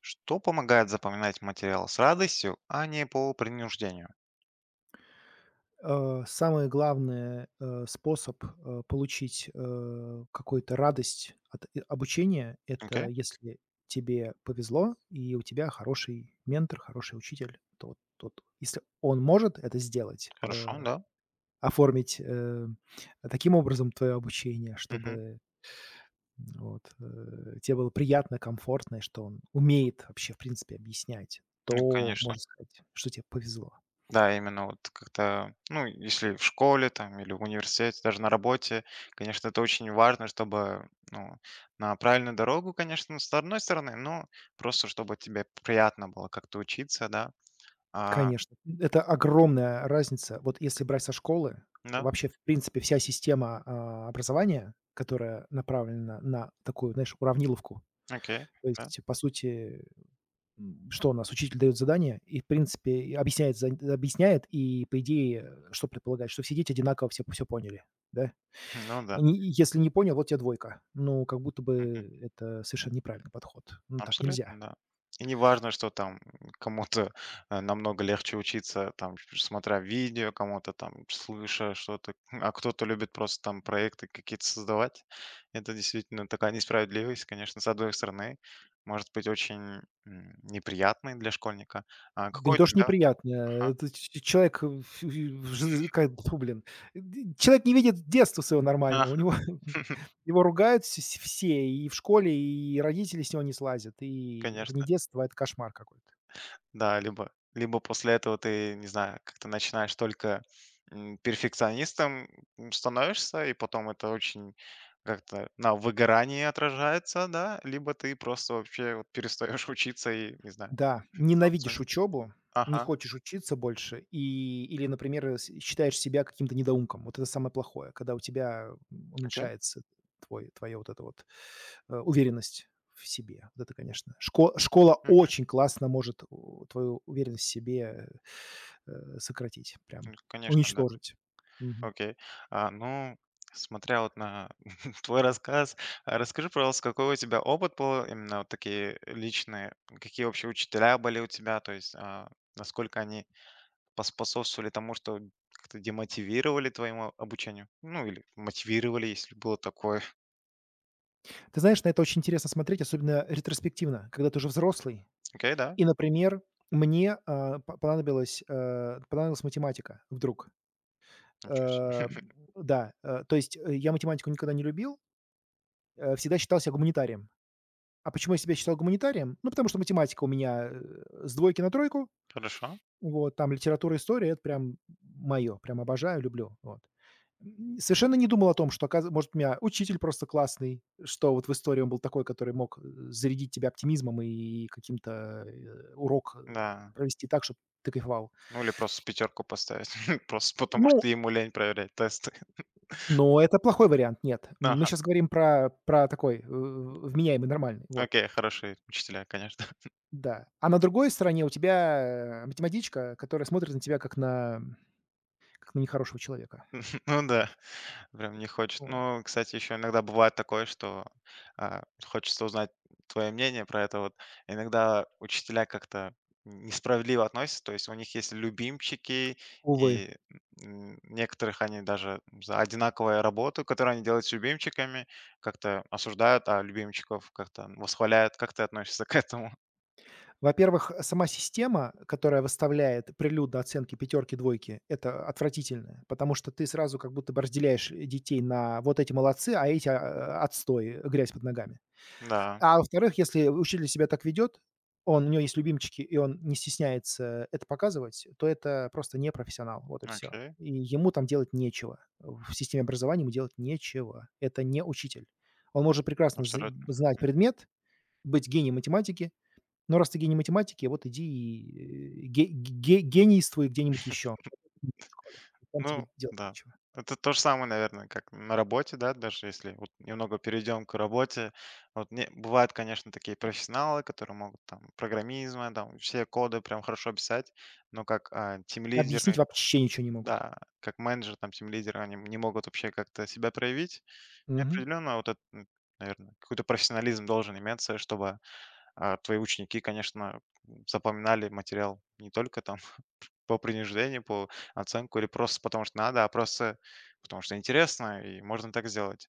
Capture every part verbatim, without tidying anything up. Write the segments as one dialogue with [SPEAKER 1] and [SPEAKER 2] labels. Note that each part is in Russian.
[SPEAKER 1] Что помогает запоминать материал с радостью, а не по принуждению?
[SPEAKER 2] Э, самое главное, э, способ, э, получить, э, какую-то радость от и обучения — это
[SPEAKER 1] Окей,
[SPEAKER 2] если тебе повезло и у тебя хороший ментор, хороший учитель. То вот тот, если он может это сделать,
[SPEAKER 1] хорошо,
[SPEAKER 2] э,
[SPEAKER 1] да.
[SPEAKER 2] оформить, э, таким образом твое обучение, чтобы,
[SPEAKER 1] Мгм.
[SPEAKER 2] м, вот, э, те было приятно, комфортно, и что он умеет вообще, в принципе, объяснять,
[SPEAKER 1] Ну,
[SPEAKER 2] то
[SPEAKER 1] конечно.
[SPEAKER 2] можно сказать, что тебе повезло.
[SPEAKER 1] Да, именно вот как-то, ну, если в школе там или в университете, даже на работе, конечно, это очень важно, чтобы, ну, на правильную дорогу, конечно, с одной стороны, но просто чтобы тебе приятно было как-то учиться, да. А,
[SPEAKER 2] Конечно, это огромная разница. Вот если брать со школы,
[SPEAKER 1] да,
[SPEAKER 2] вообще, в принципе, вся система, а, образования, которая направлена на такую, знаешь, уравниловку.
[SPEAKER 1] окей,
[SPEAKER 2] То
[SPEAKER 1] да,
[SPEAKER 2] есть, по сути, м, что у нас? Учитель дает задание и, в принципе, и объясняет зад объясняет, и, по идее, что предполагает? Что все дети одинаково все все поняли, да?
[SPEAKER 1] ну да.
[SPEAKER 2] Ни если не понял, вот тебе двойка. Ну, как будто бы это совершенно неправильный подход. Ну, так нельзя.
[SPEAKER 1] Абсолютно, да. И не важно, что там кому-то э, намного легче учиться, там, ш- смотря видео, кому-то там, слыша что-то, а кто-то любит просто там проекты какие-то создавать. Это действительно такая несправедливость, конечно, с одной стороны, может быть очень м, неприятной для школьника. А
[SPEAKER 2] Да не
[SPEAKER 1] какой у
[SPEAKER 2] то, что
[SPEAKER 1] тебя?
[SPEAKER 2] неприятно,
[SPEAKER 1] Ага.
[SPEAKER 2] это ч человек, э, ф в ж как, тьфу, блин, д человек не видит детства своего
[SPEAKER 1] А,
[SPEAKER 2] нормального, у него его ругают вс вс- все, и в школе, и родители с него не слазят, и это не
[SPEAKER 1] Конечно.
[SPEAKER 2] детство, а это кошмар какой-то.
[SPEAKER 1] Да, либо либо после этого ты, не знаю, как-то начинаешь только, м, перфекционистом, м, становишься, и потом это очень как-то на выгорании отражается, да, либо ты просто вообще вот перестаешь учиться и, не знаю,
[SPEAKER 2] Да,
[SPEAKER 1] в
[SPEAKER 2] ненавидишь
[SPEAKER 1] социуме.
[SPEAKER 2] учебу, не
[SPEAKER 1] Ага,
[SPEAKER 2] хочешь учиться больше и или, например, э, с считаешь себя каким-то недоумком. Вот это самое плохое, когда у тебя м,
[SPEAKER 1] окей.
[SPEAKER 2] уменьшается твой твоя вот эта вот, э, уверенность в себе. Вот это, конечно. Шко школа
[SPEAKER 1] Мгм.
[SPEAKER 2] очень классно может у твою уверенность в себе, э, э, сократить, прям
[SPEAKER 1] Ну, конечно, да.
[SPEAKER 2] уничтожить. Мгм.
[SPEAKER 1] Окей. А, ну, смотря вот на твой рассказ, а расскажи, пожалуйста, какой у тебя опыт был, именно вот такие личные, какие вообще учителя были у тебя, то есть, а, насколько они поспособствовали тому, что как-то демотивировали твоему обучению? Ну, или мотивировали, если было такое.
[SPEAKER 2] Ты знаешь, на это очень интересно смотреть, особенно ретроспективно, когда ты уже взрослый.
[SPEAKER 1] Окей, да?
[SPEAKER 2] И, например, мне, а, по понадобилось, э, понадобилась математика вдруг.
[SPEAKER 1] Ничего
[SPEAKER 2] Э,
[SPEAKER 1] себе.
[SPEAKER 2] да, э, то есть, э, я математику никогда не любил, э, всегда считал себя гуманитарием. А почему я себя считал гуманитарием? Ну, потому что математика у меня, э, с двойки на тройку.
[SPEAKER 1] Хорошо.
[SPEAKER 2] Вот, там литература, история — это прям мое, прям обожаю, люблю, вот. М, совершенно не думал о том, что, оказы может, у меня учитель просто классный, что вот в истории он был такой, который мог, э, зарядить тебя оптимизмом и каким-то, э, урок, э,
[SPEAKER 1] Да.
[SPEAKER 2] провести так, чтобы ты кайфовал.
[SPEAKER 1] Ну, или просто пятерку поставить. Просто потому,
[SPEAKER 2] Ну,
[SPEAKER 1] что ему лень проверять тесты.
[SPEAKER 2] но это плохой вариант, нет. Мы
[SPEAKER 1] Ага.
[SPEAKER 2] сейчас говорим про про такой, э, вменяемый, нормальный, вот,
[SPEAKER 1] Окей, хорошие учителя, конечно.
[SPEAKER 2] да. А на другой стороне у тебя, э, математичка, которая смотрит на тебя как на как на нехорошего человека.
[SPEAKER 1] Ну да, прям не хочет.
[SPEAKER 2] Вот.
[SPEAKER 1] Ну, кстати, еще иногда бывает такое, что а, хочется узнать твое мнение про это. Вот иногда учителя как-то несправедливо относятся, то есть у них есть любимчики,
[SPEAKER 2] Увы.
[SPEAKER 1] и м, некоторых они даже за одинаковую работу, которую они делают с любимчиками, как-то осуждают, а любимчиков как-то восхваляют. Как ты относишься к этому?
[SPEAKER 2] Во-первых, сама система, которая выставляет прилюдно оценки пятерки, двойки — это отвратительно, потому что ты сразу как будто бы разделяешь детей на вот эти молодцы, а эти, а, отстой, грязь под ногами.
[SPEAKER 1] Да,
[SPEAKER 2] А во-вторых, если учитель себя так ведет, он у него есть любимчики, и он не стесняется это показывать, то это просто не профессионал. Вот и все.
[SPEAKER 1] окей,
[SPEAKER 2] И ему там делать нечего. В системе образования ему делать нечего. Это не учитель. Он может прекрасно з
[SPEAKER 1] абсолютно.
[SPEAKER 2] знать предмет, быть гением математики, но раз ты гений математики, вот иди и, э, ге ге генийствуй где-нибудь еще. В школе. Там тебе
[SPEAKER 1] Ну
[SPEAKER 2] делать
[SPEAKER 1] да.
[SPEAKER 2] нечего.
[SPEAKER 1] Это то же самое, наверное, как на работе, да, даже если вот немного перейдем к работе. Вот не, бывают, конечно, такие профессионалы, которые могут там программизма, там все коды прям хорошо писать, но как а,
[SPEAKER 2] Объяснить
[SPEAKER 1] тимлидеры,
[SPEAKER 2] вообще ничего не могут.
[SPEAKER 1] да, как менеджер, там тимлидеры, они не могут вообще как-то себя проявить. И
[SPEAKER 2] Мгм.
[SPEAKER 1] определенно вот это, наверное, какой-то профессионализм должен иметься, чтобы а, твои ученики, конечно, запоминали материал не только там по принуждению, по оценку или просто потому что надо, а просто потому что интересно, и можно так сделать.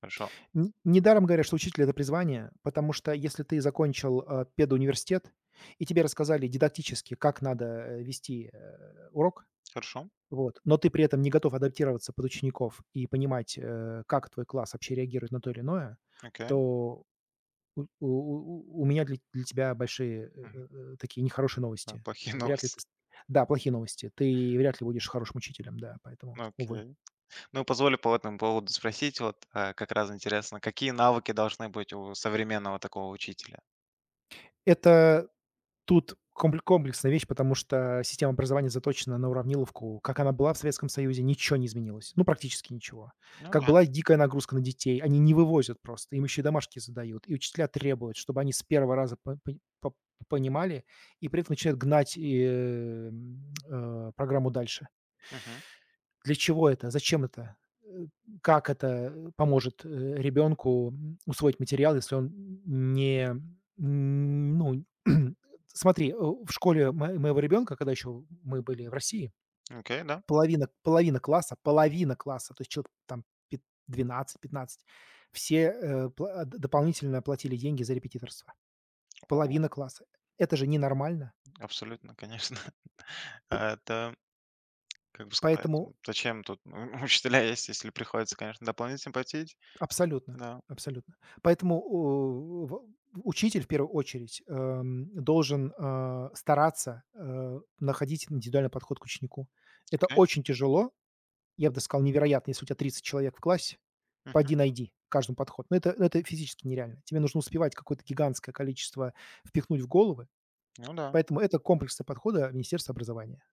[SPEAKER 1] Хорошо.
[SPEAKER 2] Н Недаром говорят, что учитель — это призвание, потому что если ты закончил, э, педуниверситет и тебе рассказали дидактически, как надо, э, вести, э, урок,
[SPEAKER 1] Хорошо.
[SPEAKER 2] вот, но ты при этом не готов адаптироваться под учеников и понимать, э, как твой класс вообще реагирует на то или иное,
[SPEAKER 1] Окей.
[SPEAKER 2] то у у у у меня для для тебя большие, э
[SPEAKER 1] Мгм.
[SPEAKER 2] э э, такие нехорошие
[SPEAKER 1] Да,
[SPEAKER 2] новости.
[SPEAKER 1] плохие
[SPEAKER 2] Вряд ли
[SPEAKER 1] новости.
[SPEAKER 2] ты с Да, плохие новости. Ты вряд ли будешь хорошим учителем, да, поэтому,
[SPEAKER 1] Ну,
[SPEAKER 2] увы.
[SPEAKER 1] окей. Ну, позволь по этому поводу спросить, вот э, как раз интересно, какие навыки должны быть у современного такого учителя?
[SPEAKER 2] Это, Тут компле комплексная вещь, потому что система образования заточена на уравниловку. Как она была в Советском Союзе, ничего не изменилось. Ну, практически ничего.
[SPEAKER 1] Ну
[SPEAKER 2] Как
[SPEAKER 1] да.
[SPEAKER 2] была дикая нагрузка на детей, они не вывозят просто, им еще и домашки задают, и учителя требуют, чтобы они с первого раза по пон по понимали, и при этом начинают гнать и, э, м, э, программу дальше.
[SPEAKER 1] Мгм.
[SPEAKER 2] Для чего это? Зачем это? Э, как это, э, поможет, э, ребенку, м, усвоить материал, если он не, м, ну, смотри, э, в школе мо моего ребенка, когда еще мы были в России,
[SPEAKER 1] Окей, да.
[SPEAKER 2] половина половина класса, половина класса, то есть человек там пят двенадцать пятнадцать, все, э, пла д дополнительно платили деньги за репетиторство.
[SPEAKER 1] О,
[SPEAKER 2] Половина класса. Это же ненормально.
[SPEAKER 1] абсолютно, конечно.
[SPEAKER 2] П
[SPEAKER 1] А это, как бы сказать,
[SPEAKER 2] поэтому
[SPEAKER 1] м, зачем тут учителя есть, если приходится, конечно, дополнительно платить?
[SPEAKER 2] Абсолютно,
[SPEAKER 1] Да.
[SPEAKER 2] абсолютно. Поэтому у в учитель в первую очередь, эм, должен, а, стараться, э, находить индивидуальный подход к ученику. Это
[SPEAKER 1] Окей.
[SPEAKER 2] очень тяжело, я бы даже сказал, невероятно. Если у тебя тридцать человек в классе,
[SPEAKER 1] Мгм.
[SPEAKER 2] пойди найди каждому подход. Но это это физически нереально. Тебе нужно успевать какое-то гигантское количество впихнуть в головы,
[SPEAKER 1] Ну да.
[SPEAKER 2] поэтому это комплексная подхода Министерства образования.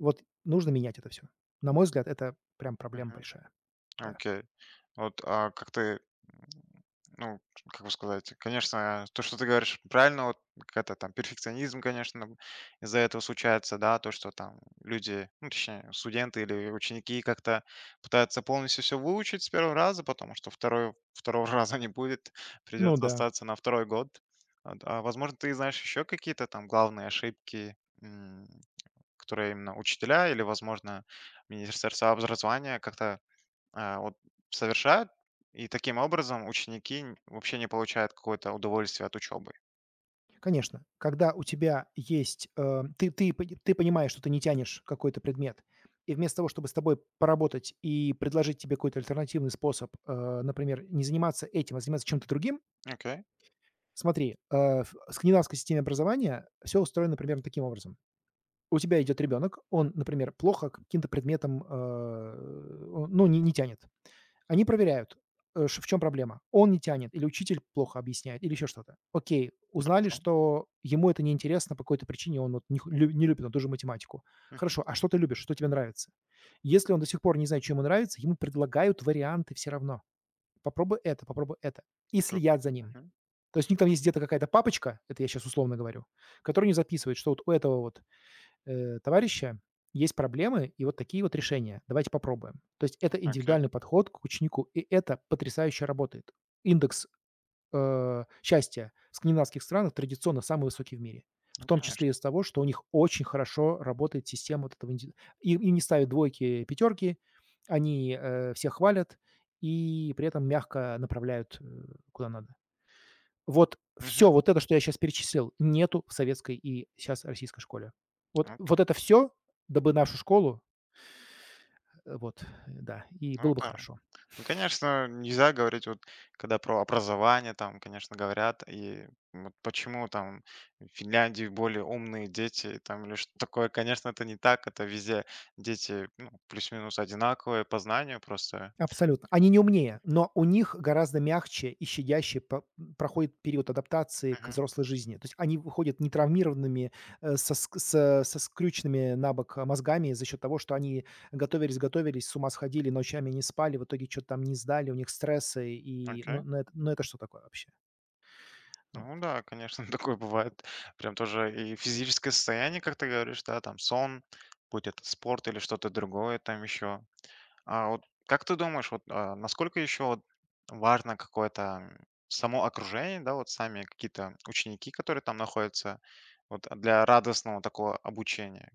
[SPEAKER 2] Вот нужно менять это все. На мой взгляд, это прям проблема
[SPEAKER 1] Мгм.
[SPEAKER 2] большая. Да.
[SPEAKER 1] Окей. Вот, а как ты, м, ну, как бы сказать, конечно, то, что ты говоришь, правильно, вот какая-то там перфекционизм, конечно, б- из-за этого случается, да, то, что там люди, ну, точнее, студенты или ученики как-то пытаются полностью все выучить с первого раза, потому что второй, второго раза не будет,
[SPEAKER 2] Ну
[SPEAKER 1] придется
[SPEAKER 2] да.
[SPEAKER 1] остаться на второй год. Вот, а, возможно, ты знаешь еще какие-то там главные ошибки, м, которые именно учителя или, возможно, Министерство образования как-то а, вот совершают, и таким образом ученики н- вообще не получают какое-то удовольствие от учебы.
[SPEAKER 2] Конечно, когда у тебя есть, э, ты ты пони ты понимаешь, что ты не тянешь какой-то предмет, и вместо того, чтобы с тобой поработать и предложить тебе какой-то альтернативный способ, э, например, не заниматься этим, а заниматься чем-то другим,
[SPEAKER 1] Окей,
[SPEAKER 2] смотри, э, в скандинавской системе образования все устроено примерно таким образом. У тебя идет ребенок, он, например, плохо к каким-то предметам, э, он, ну, не не тянет. Они проверяют, э, ш в чем проблема. Он не тянет или учитель плохо объясняет, или еще что-то. Окей, узнали,
[SPEAKER 1] хорошо.
[SPEAKER 2] что ему это неинтересно по какой-то причине, он вот не хо лю не любит он ту же математику.
[SPEAKER 1] Мгм.
[SPEAKER 2] Хорошо, а что ты любишь, что тебе нравится? Если он до сих пор не знает, что ему нравится, ему предлагают варианты все равно. Попробуй это, попробуй это. И
[SPEAKER 1] Супер.
[SPEAKER 2] следят за ним.
[SPEAKER 1] Мгм.
[SPEAKER 2] То есть у них там есть где-то какая-то папочка, это я сейчас условно говорю, которая не записывает, что вот у этого вот э, товарища, есть проблемы и вот такие вот решения. Давайте попробуем. То есть это
[SPEAKER 1] Окей,
[SPEAKER 2] индивидуальный подход к ученику, и это потрясающе работает. Индекс э, счастья в скандинавских странах традиционно самый высокий в мире. В
[SPEAKER 1] ну,
[SPEAKER 2] том числе
[SPEAKER 1] конечно.
[SPEAKER 2] из за того, что у них очень хорошо работает система вот этого. инди- Им, им не ставят двойки, пятерки, они э, всех хвалят и при этом мягко направляют э, куда надо. Вот
[SPEAKER 1] Мгм.
[SPEAKER 2] все, вот это, что я сейчас перечислил, нету в советской и сейчас российской школе. Вот вот
[SPEAKER 1] Окей.
[SPEAKER 2] это всё, дабы нашу школу, э, вот, э, да, и
[SPEAKER 1] Ну
[SPEAKER 2] было бы
[SPEAKER 1] да.
[SPEAKER 2] хорошо.
[SPEAKER 1] Ну, конечно, нельзя говорить, вот когда про образование там, конечно, говорят, и вот почему там в Финляндии более умные дети там или что такое, конечно, это не так, это везде дети ну, плюс-минус одинаковые по знанию просто.
[SPEAKER 2] Абсолютно. Они не умнее, но у них гораздо мягче и щадяще по проходит период адаптации к
[SPEAKER 1] Мгм.
[SPEAKER 2] взрослой жизни. То есть они выходят нетравмированными, э, со ск со со скрюченными набок мозгами за счет того, что они готовились готовились, с ума сходили, ночами не спали, в итоге что то там не сдали, у них стрессы и
[SPEAKER 1] Окей.
[SPEAKER 2] ну ну это ну это что такое вообще? Вот.
[SPEAKER 1] Ну да, конечно, такое бывает. Прям тоже и физическое состояние, как ты говоришь, да, там сон, будь это спорт или что-то другое там еще. А вот как ты думаешь, вот а, насколько еще вот важно какое-то м, само окружение, да, вот сами какие-то ученики, которые там находятся, вот а, для радостного такого обучения?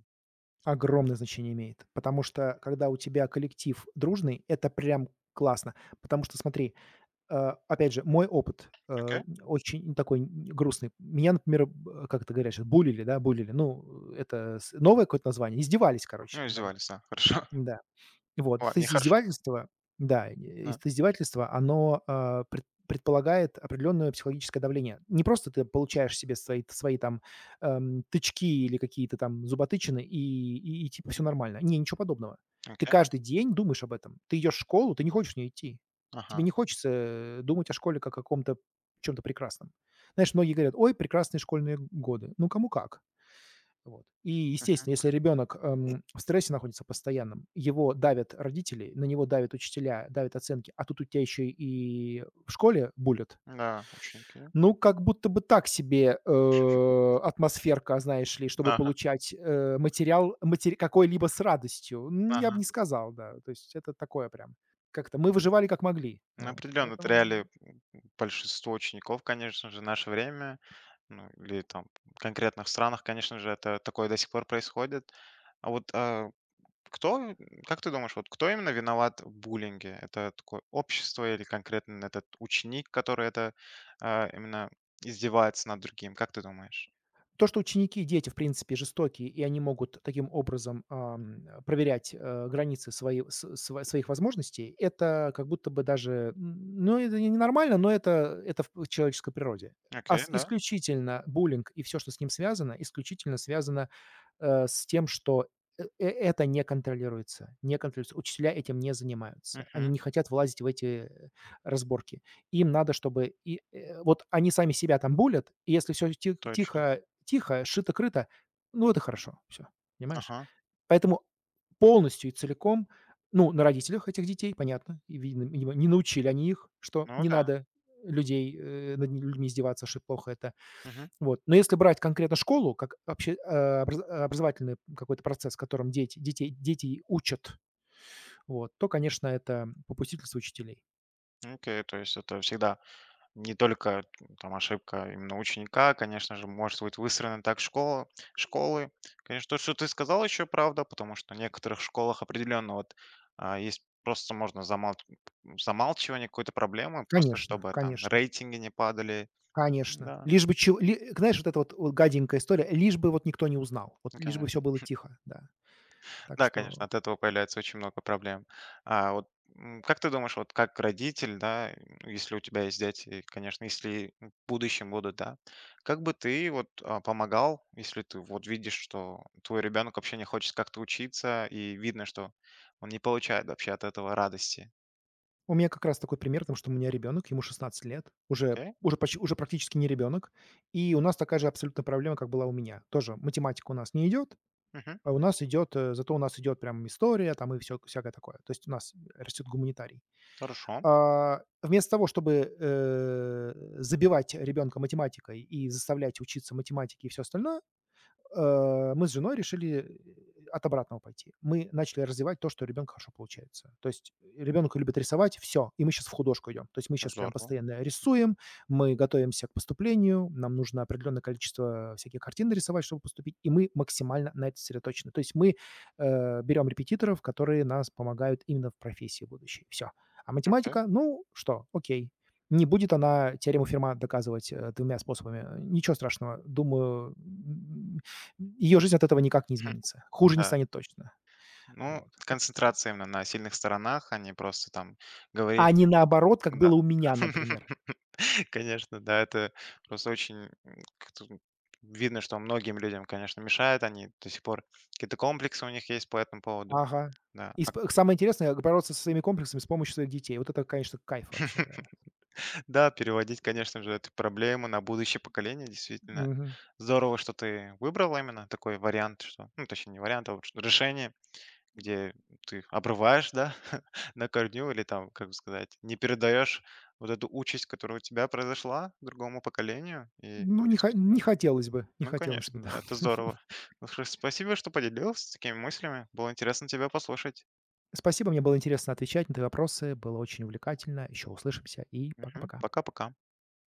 [SPEAKER 2] Огромное значение имеет, потому что, когда у тебя коллектив дружный, это прям классно. Потому что смотри, э, опять же, мой опыт, э,
[SPEAKER 1] Окей?
[SPEAKER 2] очень такой н грустный. Меня, например, б как это говорят щас, булили, да, булили. Ну, это с новое какое-то название. Издевались, короче,
[SPEAKER 1] Ну,
[SPEAKER 2] надо мной.
[SPEAKER 1] издевались, да, хорошо.
[SPEAKER 2] Да. Вот, это
[SPEAKER 1] Ладно,
[SPEAKER 2] из
[SPEAKER 1] нехорошо.
[SPEAKER 2] издевательство, да, и
[SPEAKER 1] Да.
[SPEAKER 2] это издевательство, оно, а, пред предполагает определенное психологическое давление. Не просто ты получаешь себе свои свои там, эм, тычки или какие-то там зуботычины и и и типа все нормально. Не, ничего подобного. Ты
[SPEAKER 1] Окей,
[SPEAKER 2] каждый день думаешь об этом. Ты идешь в школу, ты не хочешь в нее идти. Тебе
[SPEAKER 1] ага.
[SPEAKER 2] не хочется, э, думать о школе как о каком-то, чем то прекрасном. Знаешь, многие говорят: «Ой, прекрасные школьные годы». Ну, кому как. Вот. И,
[SPEAKER 1] Мгм.
[SPEAKER 2] естественно, если ребенок, эм, в стрессе находится постоянном, его давят родители, на него давят учителя, давят оценки, а тут у тебя еще и в школе булят.
[SPEAKER 1] Да, ученики.
[SPEAKER 2] Ну, как будто бы так себе, э, атмосферка, знаешь ли, чтобы
[SPEAKER 1] Ага,
[SPEAKER 2] получать, э, материал матери какой-либо с радостью. М, я бы
[SPEAKER 1] ага.
[SPEAKER 2] не сказал, да. То есть это такое прям как-то мы выживали как могли.
[SPEAKER 1] Ну,
[SPEAKER 2] Вот,
[SPEAKER 1] определенно, это
[SPEAKER 2] поэтому.
[SPEAKER 1] реалии большинство учеников, конечно же, в наше время, ну, или там в конкретных странах, конечно же, это такое до сих пор происходит. А вот а, кто, как ты думаешь, вот кто именно виноват в буллинге? Это такое общество или конкретно этот ученик, который это а, именно издевается над другим? Как ты думаешь?
[SPEAKER 2] То, что ученики и дети, в принципе, жестокие, и они могут таким образом, ам, э, проверять, э, границы свои с св своих возможностей, это как будто бы даже, н ну, это не нормально, но это это в человеческой природе. А
[SPEAKER 1] Окей,
[SPEAKER 2] с
[SPEAKER 1] да.
[SPEAKER 2] исключительно буллинг и все, что с ним связано, исключительно связано, э, с тем, что э э это не контролируется, не контролируется. Учителя этим не занимаются. Они
[SPEAKER 1] Мгм.
[SPEAKER 2] не хотят влазить в эти э, разборки. Им надо, чтобы и, э, вот они сами себя там булят, и если все
[SPEAKER 1] Точно.
[SPEAKER 2] тихо тихо, шито-крыто, ну, это хорошо, все, понимаешь?
[SPEAKER 1] Ага.
[SPEAKER 2] Поэтому полностью и целиком, ну, на родителях этих детей, понятно, и видно, видимо, не научили они их, что
[SPEAKER 1] Ну
[SPEAKER 2] не
[SPEAKER 1] да.
[SPEAKER 2] надо людей, э, над людьми издеваться, что плохо это.
[SPEAKER 1] Мгм.
[SPEAKER 2] Вот. Но если брать конкретно школу как вообще э, образ э, образовательный какой-то процесс, в котором дети детей детей учат, вот, то, конечно, это попустительство учителей.
[SPEAKER 1] Окей, то есть это всегда не только там ошибка именно ученика, конечно же, может быть выстроена так школа, школы. Конечно, то, что ты сказал, еще правда, потому что в некоторых школах определенно вот а, есть просто можно замал- замалчивание какой-то проблемы, просто
[SPEAKER 2] Конечно,
[SPEAKER 1] чтобы там
[SPEAKER 2] конечно.
[SPEAKER 1] рейтинги не падали.
[SPEAKER 2] Конечно.
[SPEAKER 1] Да,
[SPEAKER 2] Лишь бы чего ли знаешь, вот эта вот вот гаденькая история, лишь бы вот никто не узнал, вот
[SPEAKER 1] ну,
[SPEAKER 2] лишь бы
[SPEAKER 1] конечно.
[SPEAKER 2] все было тихо, да. Так
[SPEAKER 1] Да,
[SPEAKER 2] что
[SPEAKER 1] конечно, от этого появляется очень много проблем. А вот м, как ты думаешь, вот как родитель, да, м, если у тебя есть дети, конечно, если в будущем будут, да, как бы ты вот а, помогал, если ты вот видишь, что твой ребенок вообще не хочет как-то учиться, и видно, что он не получает вообще от этого радости.
[SPEAKER 2] у меня как раз такой пример, потому что у меня ребенок, ему шестнадцать лет, уже
[SPEAKER 1] Окей,
[SPEAKER 2] уже почти уже практически не ребенок, и у нас такая же абсолютно проблема, как была у меня. Тоже математика у нас не идет,
[SPEAKER 1] мгм,
[SPEAKER 2] а у нас идет, э, зато у нас идет прям история там и все всякое такое. То есть у нас растет гуманитарий.
[SPEAKER 1] хорошо,
[SPEAKER 2] А, вместо того, чтобы, э, забивать ребенка математикой и заставлять учиться математике и все остальное, э, мы с женой решили э, от обратного пойти. Мы начали развивать то, что у ребенка хорошо получается. То есть ребенок любит рисовать, все, и мы сейчас в художку идем. То есть мы сейчас прям
[SPEAKER 1] здорово,
[SPEAKER 2] постоянно рисуем, мы готовимся к поступлению, нам нужно определенное количество всяких картин нарисовать, чтобы поступить, и мы максимально на это сосредоточены. То есть мы э, берем репетиторов, которые нас помогают именно в профессии будущей. Все. А
[SPEAKER 1] окей,
[SPEAKER 2] математика, ну что, окей, не будет она теорему Ферма доказывать э, двумя способами. Ничего страшного. Думаю, м, ее жизнь от этого никак не
[SPEAKER 1] хм,
[SPEAKER 2] изменится. Хуже не
[SPEAKER 1] да.
[SPEAKER 2] станет точно.
[SPEAKER 1] Ну,
[SPEAKER 2] Вот. Так что
[SPEAKER 1] концентрация именно на сильных сторонах, а не просто там говорить.
[SPEAKER 2] а не наоборот, как
[SPEAKER 1] Да.
[SPEAKER 2] было у меня, например.
[SPEAKER 1] Конечно, да, это просто очень м, как-то видно, что многим людям, конечно, мешает. Они до сих пор какие-то комплексы у них есть по этому поводу.
[SPEAKER 2] Ага.
[SPEAKER 1] Да.
[SPEAKER 2] И
[SPEAKER 1] А,
[SPEAKER 2] сп самое интересное, бороться со своими комплексами с помощью своих детей. Вот это, конечно, кайф вообще, да.
[SPEAKER 1] да, переводить, конечно же, эту проблему на будущее поколение. Действительно,
[SPEAKER 2] Мгм.
[SPEAKER 1] здорово, что ты выбрал именно такой вариант, что, ну, точнее, не вариант, а вот что — решение, где ты обрываешь, да, на корню или там, как бы сказать, не передаешь вот эту участь, которая у тебя произошла другому поколению. И
[SPEAKER 2] Ну, не хо не
[SPEAKER 1] действительно
[SPEAKER 2] хотелось бы, не
[SPEAKER 1] ну,
[SPEAKER 2] хотелось бы,
[SPEAKER 1] конечно,
[SPEAKER 2] да.
[SPEAKER 1] да, это здорово. Ну, слушай, спасибо, что поделилась такими мыслями. Было интересно тебя послушать.
[SPEAKER 2] Спасибо, мне было интересно отвечать на твои вопросы, было очень увлекательно. Еще услышимся и
[SPEAKER 1] Мгм.
[SPEAKER 2] пока-пока.
[SPEAKER 1] Пока-пока.